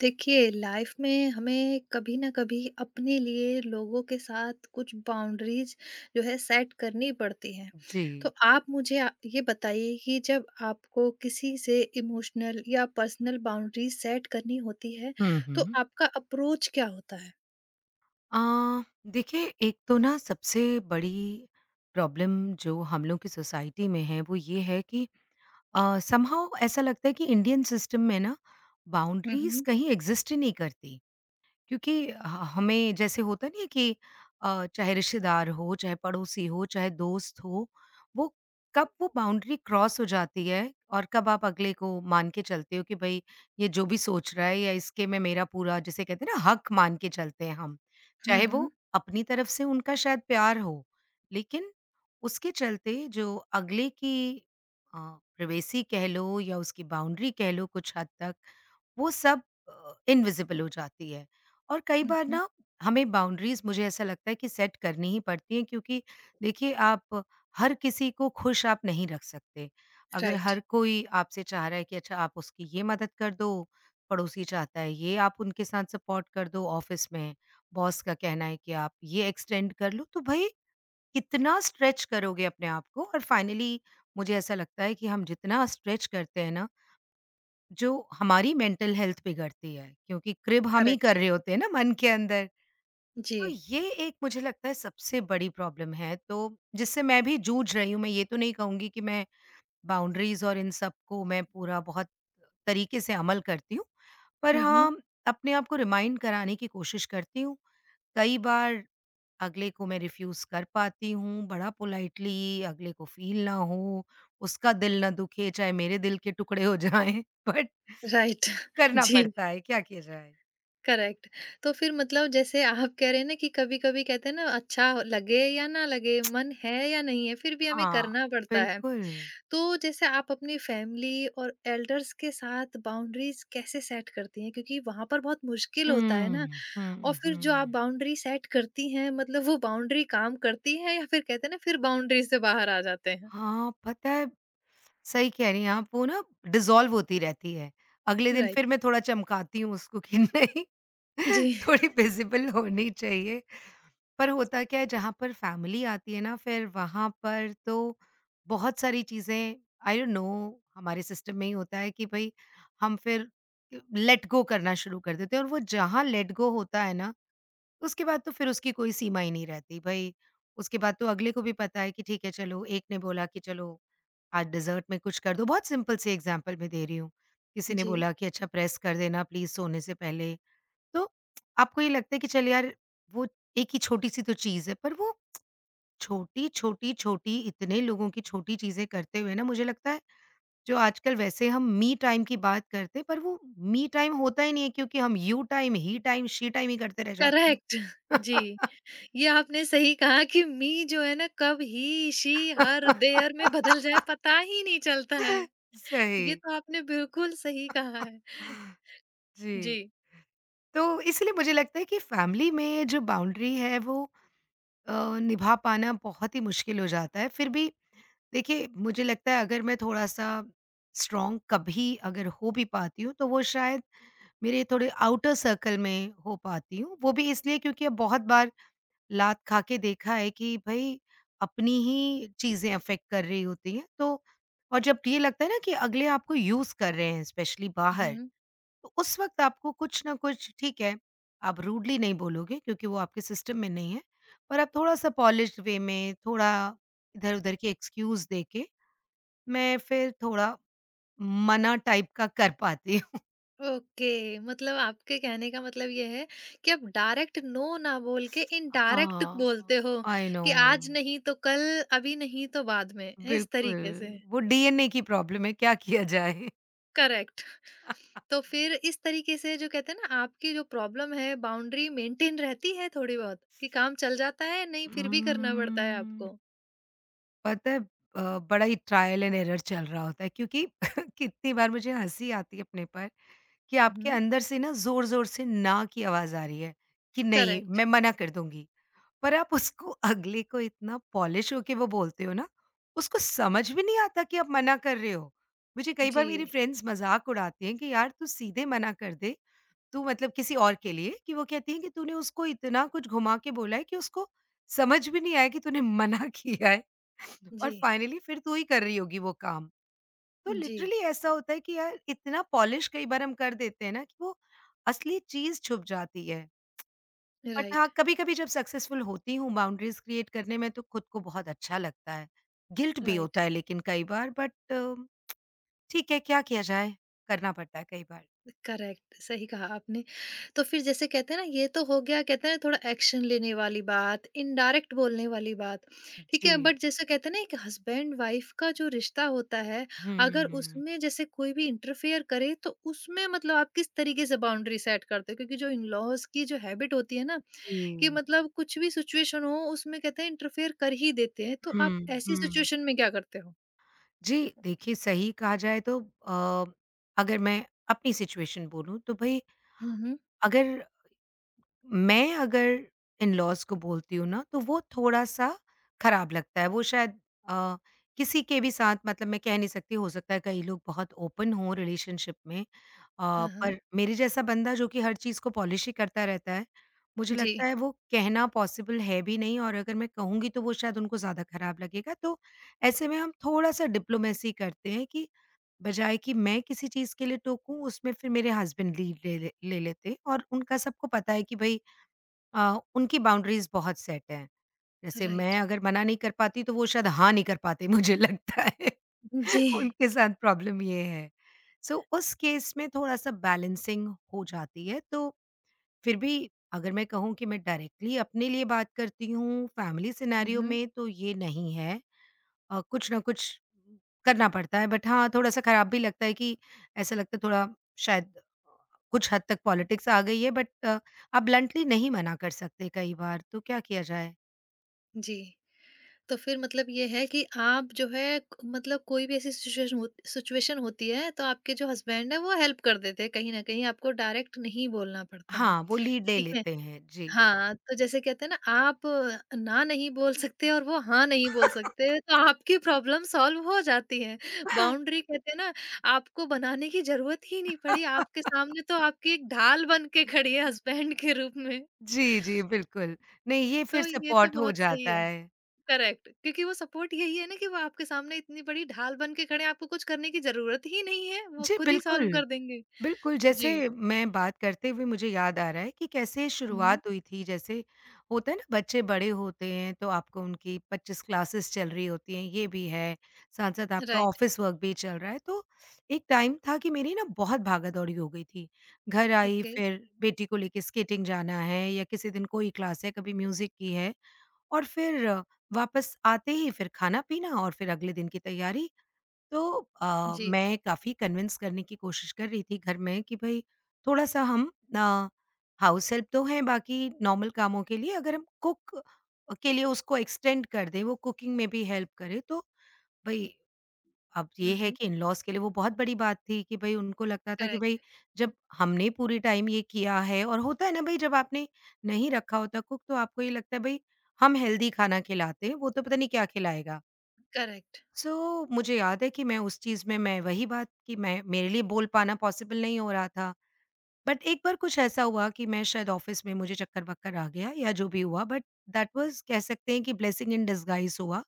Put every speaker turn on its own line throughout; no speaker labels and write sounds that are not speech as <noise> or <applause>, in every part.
देखिए, लाइफ में हमें कभी न कभी अपने लिए लोगों के साथ कुछ बाउंड्रीज़ जो है सेट करनी पड़ती हैं।
जी।
तो आप मुझे ये बताइए कि जब आपको किसी से इमोशनल या पर्सनल बाउंड्रीज़ सेट करनी होती है,
हुँ,
तो
हुँ।
आपका अप्रोच क्या होता है?
अ, देखिए, एक तो ना सबसे बड़ी प्रॉब्लम जो हम लोग की सोसाइटी में है वो ये है कि समहाउ ऐसा लगता है कि इंडियन सिस्टम में ना
हुँ,
बाउंड्रीज़
हुँ।
कहीं एग्ज़िस्ट ही नहीं करती। क्योंकि ह हमें जैसे होता नहीं है कि चाहे रिश्तेदार हो, चाहे पड़ोसी हो, चाहे दोस्त हो, वो कब वो बाउंड्री क्रॉस हो जाती है और कब आप अगले को मान के चलते हो कि भई ये जो भी सोच रहा है या इसके में मेरा पूरा जिसे कहते हैं ना हक मान के चलते हैं हम।
हुँ,
चाहे वो
हुँ।
अपनी तरफ से उनका शायद प्यार हो, लेकिन उसके चलते जो अगले की अ, प्राइवेसी कह लो या उसकी बाउंड्री कह लो, कुछ हद तक वो सब इनविज़िबल हो जाती है। और कई
हुँ,
बार
हुँ।
ना, हमें बाउंड्रीज़, मुझे ऐसा लगता है कि, सेट करनी ही पड़ती हैं, क्योंकि देखिए, आप हर किसी को खुश आप नहीं रख सकते। अगर
राइट,
हर कोई आपसे चाह रहा है कि अच्छा आप उसकी ये मदद कर दो, पड़ोसी चाहता है ये आप उनके साथ सपोर्ट कर दो ऑफ़िस में, बॉस का कहना है कि आप ये एक्सटेंड कर लो, तो भई कितना स्ट्रेच करोगे अपने आप को? और फाइनली मुझे ऐसा लगता है कि हम जितना स्ट्रेच करते हैं ना, जो हमारी मेंटल हेल्थ बिगड़ती है, क्योंकि क्रिब हम ही कर
करेक्ट।
रहे होते हैं ना मन के अंदर।
जी।
तो ये एक, मुझे लगता है, सबसे बड़ी प्रॉब्लम है, तो जिससे मैं भी जूझ रही हूँ। मैं ये तो नहीं कहूँगी कि मैं बाउंड्रीज़ और इन सब को मैं पूरा बहुत तरीके से अमल करती हूँ। पर
हुँ, हुँ।
हाँ, अपने आप को रिमाइंड कराने की कोशिश करती हूँ। कई बार अगले को मैं रिफ्यूज़ कर पाती हूँ, बड़ा पोलाइटली, अगले को फ़ील ना हो, उसका दिल ना दुखे, चाहे मेरे दिल के टुकड़े हो जाएँ। <laughs> बट
राइट, <laughs>
करना
जी।
पड़ता है, क्या किया जाए?
करेक्ट। तो फिर मतलब जैसे आप कह रहे हैं ना कि कभी-कभी कहते हैं ना अच्छा लगे या ना लगे, मन है या नहीं है, फिर भी हमें
हाँ,
करना पड़ता है।
बिल्कुल।
तो जैसे आप अपनी फैमिली और एल्डर्स के साथ बाउंड्रीज़ कैसे सेट करती हैं? क्योंकि वहाँ पर बहुत मुश्किल होता है ना।
हुँ,
और
हुँ,
फिर जो आप
हुँ।
बाउंड्री सेट करती हैं मतलब वो बाउंड्री काम करती है या फिर कहते हैं ना फिर बाउंड्री से बाहर आ जाते हैं?
हाँ, पता है, सही कह रही हैं आप, वो ना डिज़ॉल्व होती रहती है। अगले दिन फिर
राइट।
मैं थोड़ा चमकाती हूँ उसको कि नहीं,
जी,
<laughs> थोड़ी विज़िबल होनी चाहिए। पर होता क्या है, जहाँ पर फ़ैमिली आती है ना, फिर वहाँ पर तो बहुत सारी चीज़ें, आई डोंट नो, हमारे सिस्टम में ही होता है कि भई हम फिर लेट गो करना शुरू कर देते हैं, और वो जहाँ लेट गो होता है ना, उसके बाद तो फिर उसकी कोई सीमा ही नहीं रहती भई। उसके बाद तो अगले को भी पता है कि ठीक है चलो, एक ने बोला कि चलो आज डेज़र्ट में कुछ कर दो, बहुत सिंपल से एग्ज़ाम्पल मैं दे रही हूँ। किसी ने
जी।
बोला कि अच्छा प्रेस कर देना प्लीज़ सोने से पहले। तो आपको ये लगता है कि चल यार, वो एक ही छोटी-सी तो चीज़ है, पर वो छोटी, छोटी, छोटी इतने लोगों की छोटी चीज़ें करते हुए ना, मुझे लगता है, जो आजकल वैसे हम मी टाइम की बात करते हैं, पर वो मी टाइम होता ही नहीं है क्योंकि हम you time, he time, she time ही करते रह जाते
करेक्ट।
हैं।
जी।
<laughs>
ये आपने सही कहा कि मी जो है ना कब ही, शी, हर, देयर में बदल जाए
<laughs>
पता ही नहीं चलता है।
सही।
ये तो आपने बिल्कुल सही कहा है।
जी,
जी।
तो इसलिए मुझे लगता है कि फैमिली में जो बाउंड्री है वो अ, निभा पाना बहुत ही मुश्किल हो जाता है। फिर भी देखिए, मुझे लगता है अगर मैं थोड़ा-सा स्ट्रॉन्ग कभी अगर हो भी पाती हूँ तो वो शायद मेरे थोड़े आउटर सर्कल में हो पाती हूँ। वो भी इसलिए क्योंकि अब बहुत बार लात खा के देखा है कि भई अपनी ही चीज़ें अफ़ेक्ट कर रही होती हैं, तो और जब ये लगता है ना कि अगले आपको यूज़ कर रहे हैं स्पेशली बाहर,
हुँ।
तो उस वक़्त आपको कुछ न कुछ, ठीक है, आप रूडली नहीं बोलोगे क्योंकि वो आपके सिस्टम में नहीं है, पर आप थोड़ा-सा पॉलिश्ड वे में, थोड़ा इधर-उधर के एक्सक्यूज़ दे के, मैं फिर थोड़ा मना टाइप का कर पाती हूँ।
ओके, मतलब आपके कहने का मतलब ये है कि आप डायरेक्ट नो ना बोल के इनडायरेक्ट
हाँ,
बोलते हो
आई नो।
कि आज नहीं तो कल, अभी नहीं तो बाद में, इस
बिल्कुल,
तरीके से।
वो डीएनए की प्रॉब्लम है, क्या किया जाए?
करेक्ट।
<laughs>
तो फिर इस तरीके से जो कहते हैं ना आपकी जो प्रॉब्लम है बाउंड्री मेंटेन रहती है थोड़ी बहुत कि काम चल जाता है नहीं फिर भी करना पड़ता है
उम्म,
आपको।
पता है, बड़ा ही ट्रायल एंड एरर चल रहा होता है, क्योंकि <laughs> कितनी बार मुझे हँसी आती है अपने पर, कि आपके
हम्म।
अंदर से ना ज़ोर-ज़ोर से ना की आवाज़ आ रही है कि नहीं,
करेक्ट।
मैं मना कर दूँगी। पर आप उसको <laughs> अगले को इतना पॉलिश होके वो बोलते हो ना, उसको समझ भी नहीं आता कि आप मना कर रहे हो। मुझे कई
जी।
बार मेरी फ्रेंड्स मज़ाक उड़ाती हैं कि यार तू सीधे मना कर दे, तो मतलब किसी और के लिए, कि वो कहती है कि तूने उसको इतना कुछ घुमा के बोला है कि उसको समझ भी नहीं आया कि तूने मना <laughs> किया है, और
जी।
फाइनली फिर तू ही कर रही होगी वो काम। तो
जी।
लिटरली ऐसा होता है कि यार इतना पॉलिश कई बार हम कर देते हैं ना कि वो असली चीज़ छुप जाती है। बट हाँ,
राइट।
कभी-कभी जब सक्सेसफुल होती हूँ बाउंड्रीज क्रिएट करने में तो खुद को बहुत अच्छा लगता है। गिल्ट भी
राइट।
होता है लेकिन कई बार, बट ठीक है, क्या किया जाए? करना पड़ता है कई बार।
करेक्ट, सही कहा आपने। तो फिर जैसे कहते हैं ना ये तो हो गया कहते हैं ना थोड़ा एक्शन लेने वाली बात, इनडायरेक्ट बोलने वाली बात, ठीक है?
जी।
बट जैसे कहते हैं ना एक हस्बैंड वाइफ का जो रिश्ता होता है,
हुँ, हुँ,
अगर
हुँ।
उसमें जैसे कोई भी इंटरफेयर करे तो उसमें मतलब आप किस तरीके से बाउंड्री सेट करते हो? क्योंकि जो इन-लॉज़ की जो हैबिट होती है ना कि
हुँ।
मतलब कुछ भी सिचुएशन हो उसमें कहते हैं इंटरफेयर कर ही देते हैं, तो आप
हुँ,
ऐसी
हुँ।
सिचुएशन में क्या करते हो?
जी, देखिए, सही कहा जाए तो अ, अगर मैं अपनी सिचुएशन बोलूँ तो भई,
हुँ, हुँ।
अगर मैं, अगर इन-लॉज़ को बोलती हूँ ना, तो वो थोड़ा-सा खराब लगता है। वो शायद अ, किसी के भी साथ, मतलब मैं कह नहीं सकती, हो सकता है कई लोग बहुत ओपन हों रिलेशनशिप में,
हाँ, हाँ।
पर मेरे जैसा बंदा जो कि हर चीज़ को पॉलिश ही करता रहता है, मुझे
जी,
लगता है वो कहना पॉसिबल है भी नहीं, और अगर मैं कहूँगी तो वो शायद उनको ज़्यादा ख़राब लगेगा। तो ऐसे में हम थोड़ा-सा डिप्लोमेसी करते हैं कि बजाए कि मैं किसी चीज़ के लिए टोकूँ, उसमें फिर मेरे हस्बैंड लीड ले ले ले लेते हैं, और उनका सबको पता है कि भई उनकी बाउंड्रीज़ बहुत सेट हैं। जैसे मैं
राइट।
अगर मना नहीं कर पाती तो वो शायद हाँ नहीं कर पाते, मुझे लगता है।
जी।
<laughs> उनके साथ प्रॉब्लम ये है। सो उस केस में थोड़ा-सा बैलेंसिंग हो जाती है, तो फिर भी अगर मैं कहूँ कि मैं डायरेक्टली अपने लिए बात करती हूँ फैमिली
हुँ,
सिनेरियो
हुँ।
में, तो ये नहीं है। कुछ ना कुछ करना पड़ता है, बट हाँ, थोड़ा-सा खराब भी लगता है कि ऐसा लगता है थोड़ा शायद कुछ हद तक पॉलिटिक्स आ गई है, बट आप ब्लंटली नहीं मना कर सकते कई बार, तो क्या किया जाए?
जी। तो फिर मतलब ये है कि आप जो है मतलब कोई भी ऐसी सिचुएशन हो, सिचुएशन होती है तो आपके जो हस्बैंड है वो हेल्प कर देते हैं कहीं ना कहीं आपको डायरेक्ट नहीं बोलना पड़ता है।
हाँ, वो लीड ले
ठीक है।
लेते हैं। जी।
हाँ, तो जैसे कहते हैं ना आप ना नहीं बोल सकते और वो हाँ नहीं बोल सकते तो आपकी प्रॉब्लम सॉल्व हो जाती है। बाउंड्री कहते हैं ना, आपको बनाने की जरूरत ही नहीं पड़ी,
<laughs>
आपके सामने तो आपकी एक ढाल बन के खड़ी है हस्बैंड के रूप में।
जी, जी, बिल्कुल। नहीं, ये फिर
तो ये तो
सपोर्ट हो
बहुत सही
जाता
है।
है।
करेक्ट, क्योंकि वो सपोर्ट यही है ना कि वो आपके सामने इतनी बड़ी ढाल बन के खड़े हैं, आपको कुछ करने की जरूरत ही नहीं है, वो
जी,
खुद ही सॉल्व
बिल्कुल।
कर देंगे।
बिल्कुल, जैसे
जी।
मैं बात करते हुए मुझे याद आ रहा है कि कैसे
हम्म।
शुरुआत हुई थी। जैसे होता है ना, बच्चे बड़े होते हैं तो आपको उनकी 25 क्लासेस चल रही होती हैं, ये भी है। साथ-साथ आपका
राइट।
ऑफ़िस वर्क भी चल रहा है। तो एक टाइम था कि मेरी ना बहुत भागा-दौड़ी हो गई थी। घर आई,
ओके।
फिर बेटी को लेके स्केटिंग जाना है या किसी दिन कोई क्लास है, कभी म्यूज़िक की है। और फिर वापस आते ही फिर खाना-पीना और फिर अगले दिन की तैयारी। तो
जी।
मैं काफ़ी कन्विंस करने की कोशिश कर रही थी घर में कि भई थोड़ा-सा हम, अ, हाउस हेल्प तो हैं बाकी नॉर्मल कामों के लिए, अगर हम कुक के लिए उसको एक्सटेंड कर दें, वो कुकिंग में भी हेल्प करे, तो भई, अब ये है
हम्म।
कि इन-लॉज़ के लिए वो बहुत बड़ी बात थी, कि भई उनको लगता था कि भई
करेक्ट।
जब हमने पूरे टाइम ये किया है, और होता है ना भई, जब आपने नहीं रखा होता कुक, तो आपको ये लगता है भई हम हेल्दी खाना खिलाते हैं, वो तो पता नहीं क्या खिलाएगा।
करेक्ट।
सो मुझे याद है कि मैं उस चीज़ में, मैं वही बात, कि मैं मेरे लिए बोल पाना पॉसिबल नहीं हो रहा था। बट एक बार कुछ ऐसा हुआ कि मैं शायद ऑफ़िस में, मुझे चक्कर-वक्कर आ गया, या जो भी हुआ, बट दैट वाज़, कह सकते हैं कि, ब्लेसिंग इन डिस्गाइज़ हुआ,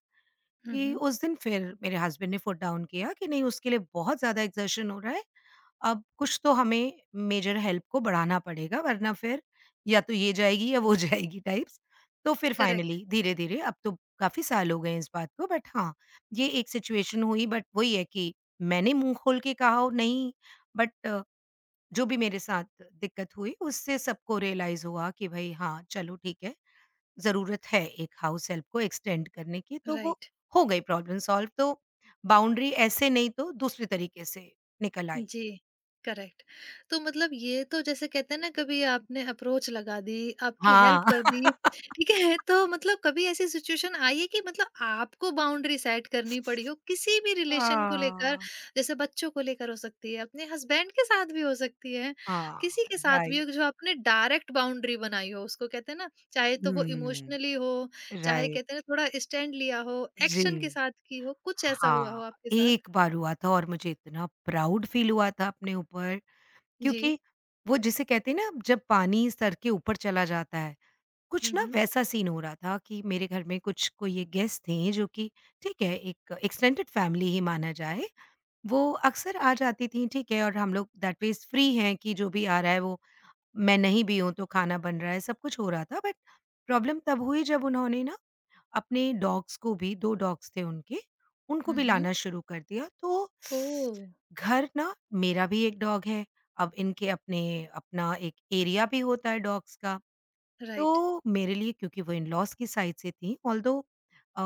कि
हम्म।
उस दिन फिर मेरे हस्बैंड ने फुट डाउन किया कि नहीं, उसके लिए बहुत ज़्यादा एक्सर्शन हो रहा है, अब कुछ तो हमें मेजर हेल्प को बढ़ाना पड़ेगा, वरना फिर या तो ये जाएगी या वो <laughs> जाएगी टाइप्स। तो फिर
करेक्ट।
फाइनली धीरे-धीरे अब तो काफ़ी साल हो गए हैं इस बात को, बट हाँ, ये एक सिचुएशन हुई, बट वही है कि मैंने मुँह खोल के कहा हो, नहीं, बट जो भी मेरे साथ दिक्कत हुई उससे सबको रियलाइज़ हुआ कि भई हाँ, चलो ठीक है, ज़रूरत है एक हाउस हेल्प को एक्सटेंड करने की, तो वो
राइट।
हो गई प्रॉब्लम सॉल्व, तो बाउंड्री ऐसे नहीं तो दूसरे तरीके से निकल आई।
जी, करेक्ट। तो मतलब ये तो जैसे कहते हैं ना कभी आपने अप्रोच लगा दी, आपकी
हाँ।
हेल्प कर दी,
<laughs>
ठीक है? तो मतलब कभी ऐसी सिचुएशन आई है कि मतलब आपको बाउंड्री सेट करनी पड़ी हो किसी भी रिलेशन को लेकर,
हाँ,
जैसे बच्चों को लेकर हो सकती है, अपने हस्बैंड के साथ भी हो सकती है,
हाँ,
किसी के साथ भी हो
राइट।
जो आपने डायरेक्ट बाउंड्री बनाई हो उसको कहते हैं ना, चाहे तो वो
हुँ,
इमोशनली हो, चाहे
राइट।
कहते हैं ना थोड़ा स्टैंड लिया हो,
जी।
एक्शन के साथ की हो, कुछ ऐसा हुआ हो
हाँ,
आपके साथ?
एक बार हुआ था और मुझे इतना प्राउड फील हुआ था अपने ऊपर,
जी।
क्योंकि वो जिसे कहते हैं ना, जब पानी सर के ऊपर चला जाता है, कुछ
हुँ,
ना
हुँ।
वैसा सीन हो रहा था, कि मेरे घर में कुछ कोई एक गेस्ट थे जो कि, ठीक है, एक एक्सटेंडेड फैमिली ही माना जाए, वो अक्सर आ जाती थी। ठीक है, और हम लोग दैट वे फ्री हैं कि जो भी आ रहा है, वो मैं नहीं भी हूँ तो खाना बन रहा है, सब कुछ हो रहा था। बट प्रॉब्लम तब हुई जब उन्होंने ना अपने डॉग्स को भी, दो डॉग्स थे उनके, उनको
हुँ,
भी
हुँ।
लाना शुरू कर दिया। तो
ओह!
घर ना, मेरा भी एक डॉग है। अब इनके अपने, अपना एक एरिया भी होता है डॉग्स का। तो
राइट,
मेरे लिए, क्योंकि वो इन-लॉज़ की साइड से थी, ऑल्दो अ,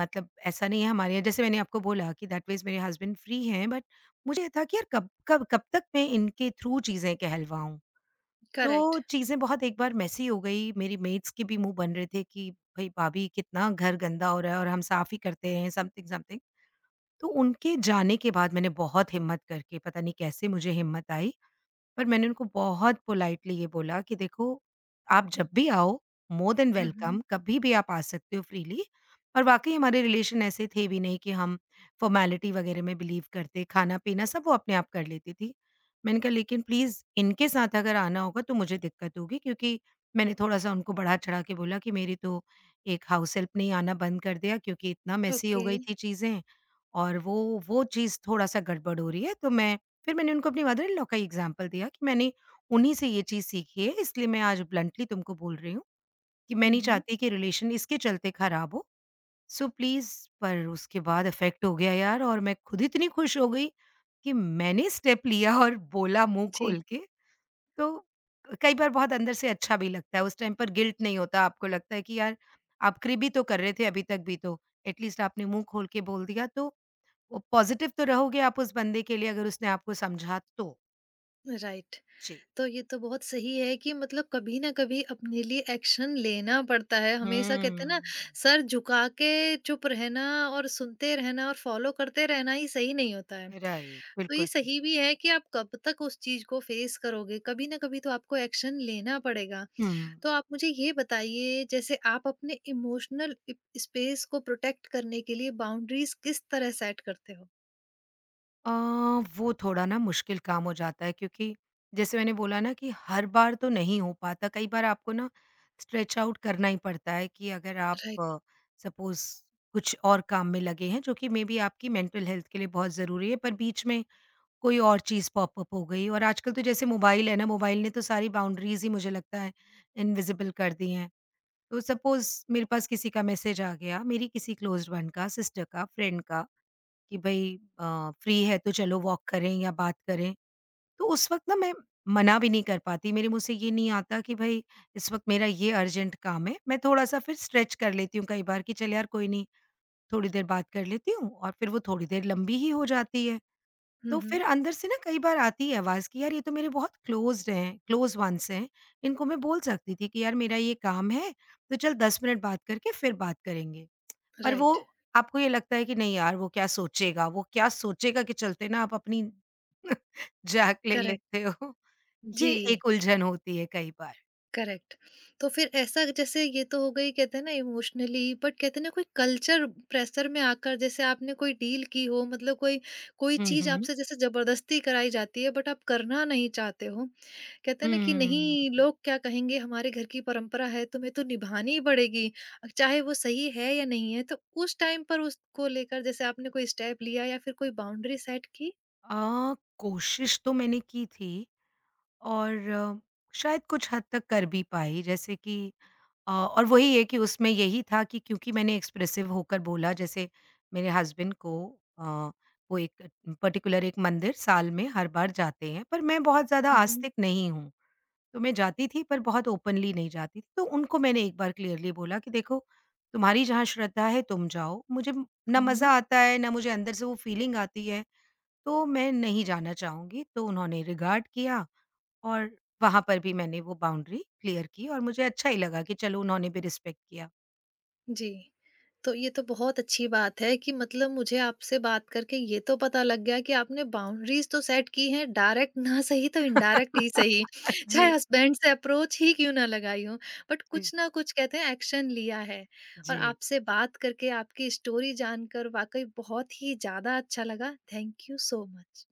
मतलब ऐसा नहीं है हमारे यहाँ, जैसे मैंने आपको बोला कि दैट मीन्स मेरे हस्बैंड फ्री हैं, बट मुझे ये था कि यार कब कब कब तक मैं इनके थ्रू चीज़ें कहलवाऊँ। तो
करेक्ट।
चीज़ें बहुत एक बार मेसी हो गई, मेरी मेट्स के भी मुँह बन रहे थे कि भई भाभी कितना घर गंदा हो रहा है और हम साफ़ ही करते हैं समथिंग, समथिंग। तो उनके जाने के बाद मैंने बहुत हिम्मत करके, पता नहीं कैसे मुझे हिम्मत आई, पर मैंने उनको बहुत पोलाइटली ये बोला कि देखो, आप जब भी आओ, मोर देन
हुँ, हुँ,
वेलकम, कभी भी आप आ सकते हो फ्रीली, और वाक़ई हमारे रिलेशन ऐसे थे भी नहीं कि हम फ़ॉर्मेलिटी वग़ैरह में बिलीव करते, खाना-पीना सब वो अपने आप कर लेती थी। मैंने कहा, लेकिन प्लीज़ इनके साथ अगर आना होगा तो मुझे दिक्कत होगी, क्योंकि, मैंने थोड़ा-सा उनको बढ़ा-चढ़ा के बोला कि मेरी तो एक हाउस हेल्प ने ही आना बंद कर दिया क्योंकि इतना मेसी हो
ओके।
गई थी चीज़ें, और वो चीज़ थोड़ा-सा गड़बड़ हो रही है। तो मैं, फिर मैंने उनको अपनी मदर इन लॉ का ही एग्ज़ाम्पल दिया कि मैंने उन्हीं से ये चीज़ सीखी है, इसलिए मैं आज ब्लंटली तुमको बोल रही हूँ कि मैं
हुँ,
नहीं
हुँ,
चाहती कि रिलेशन इसके चलते ख़राब हो, सो प्लीज़। पर उसके बाद इफ़ेक्ट हो गया यार, और मैं खुद इतनी खुश हो गई कि मैंने स्टेप लिया और बोला मुँह
जी,
खोल के। तो कई बार बहुत अंदर से अच्छा भी लगता है, उस टाइम पर गिल्ट नहीं होता, आपको लगता है कि यार आप क़रीबी तो कर रहे थे अभी तक भी तो, एटलीस्ट आपने मुँह खोल के बोल दिया, तो वो पॉज़िटिव तो रहोगे आप उस बंदे के लिए अगर उसने आपको समझा तो।
राइट।
जी।
तो ये तो बहुत सही है कि मतलब कभी न कभी अपने लिए एक्शन लेना पड़ता है। हमेशा कहते हैं ना
हुँ,
सर झुका के चुप रहना और सुनते रहना और फॉलो करते रहना ही सही नहीं होता है।
राइट,
तो
बिल्कुल
ये
ठीक।
सही भी है कि आप कब तक उस चीज़ को फेस करोगे, कभी न कभी तो आपको एक्शन लेना पड़ेगा।
हुँ।
तो आप मुझे ये बताइए जैसे आप अपने इमोशनल स्पेस को प्रोटेक्ट करने के लिए बाउंड्रीज किस तरह सेट करते हो?
अ, वो थोड़ा ना मुश्किल काम हो जाता है, क्योंकि जैसे मैंने बोला ना कि हर बार तो नहीं हो पाता, कई बार आपको ना स्ट्रेच आउट करना ही पड़ता है। कि अगर आप
राइट।
सपोज़ कुछ और काम में लगे हैं, जो कि मेबी आपकी मेंटल हेल्थ के लिए बहुत ज़रूरी है, पर बीच में कोई और चीज़ पॉप अप हो गई। और आजकल तो जैसे मोबाइल है ना, मोबाइल ने तो सारी बाउंड्रीज़ ही, मुझे लगता है, इनविज़िबल कर दी हैं। तो सपोज़ मेरे पास किसी का मैसेज आ गया, मेरी किसी क्लोज़्ड वन का, सिस्टर का, फ्रेंड का, कि भई फ्री है तो चलो वॉक करें या बात करें। तो उस वक़्त ना मैं मना भी नहीं कर पाती, मेरे मुँह से ये नहीं आता कि भई इस वक़्त मेरा ये अर्जेंट काम है। मैं थोड़ा-सा फिर स्ट्रेच कर लेती हूँ कई बार, कि चल यार कोई नहीं, थोड़ी देर बात कर लेती हूँ, और फिर वो थोड़ी देर लंबी ही हो जाती है। तो
हम्म।
फिर अंदर से ना कई बार आती है आवाज़ कि यार ये तो मेरे बहुत क्लोज़्ड हैं, क्लोज़ वन्स हैं, इनको मैं बोल सकती थी कि यार मेरा ये काम है, तो चल 10 मिनट बात करके फिर बात करेंगे। पर वो,
राइट।
आपको ये लगता है कि नहीं यार वो क्या सोचेगा के चलते ना आप अपनी <laughs> जान ले
करेक्ट।
लेते हो।
जी।
ये एक उलझन होती है कई बार।
करेक्ट। तो फिर ऐसा जैसे ये तो हो गई कहते हैं ना इमोशनली, बट कहते हैं ना कोई कल्चर प्रेशर में आकर जैसे आपने कोई डील की हो, मतलब कोई कोई
हुँ,
चीज
हुँ।
आपसे जैसे जबरदस्ती कराई जाती है बट आप करना नहीं चाहते हो, कहते हैं ना कि
हुँ।
नहीं लोग क्या कहेंगे हमारे घर की परंपरा है तुम्हें तो निभानी ही पड़ेगी, चाहे वो सही है या नहीं है, तो उस टाइम पर उसको लेकर जैसे आपने कोई स्टेप लिया या फिर कोई बाउंड्री सेट की।
कोशिश तो मैंने की थी, और शायद कुछ हद तक कर भी पाई। जैसे कि और वही है कि उसमें यही था कि क्योंकि मैंने एक्सप्रेसिव होकर बोला। जैसे मेरे हस्बैंड को अ, वो एक पर्टिकुलर एक मंदिर साल में हर बार जाते हैं, पर मैं बहुत ज़्यादा आस्तिक नहीं हूँ। तो मैं जाती थी, पर बहुत ओपनली नहीं जाती थी। तो उनको मैंने एक बार क्लियरली बोला कि देखो, तुम्हारी जहाँ श्रद्धा है तुम जाओ, मुझे ना
हम्म।
मज़ा आता है, ना मुझे अंदर से वो फीलिंग आती है, तो मैं नहीं जाना चाहूँगी। तो उन्होंने रिगार्ड किया, और वहाँ पर भी मैंने वो बाउंड्री क्लियर की, और मुझे अच्छा ही लगा कि चलो उन्होंने भी रिस्पेक्ट किया।
जी। तो ये तो बहुत अच्छी बात है कि मतलब मुझे आपसे बात करके ये तो पता लग गया कि आपने बाउंड्रीज़ तो सेट की हैं, डायरेक्ट ना सही तो इनडायरेक्ट ही सही।
<laughs>
चाहे
जी।
हस्बैंड से अप्रोच ही क्यों ना लगाई हो, बट
जी,
कुछ ना कुछ कहते हैं एक्शन लिया है। और
जी।
आपसे बात करके, आपकी स्टोरी जानकर वाक़ई बहुत ही ज़्यादा अच्छा लगा। Thank you so much.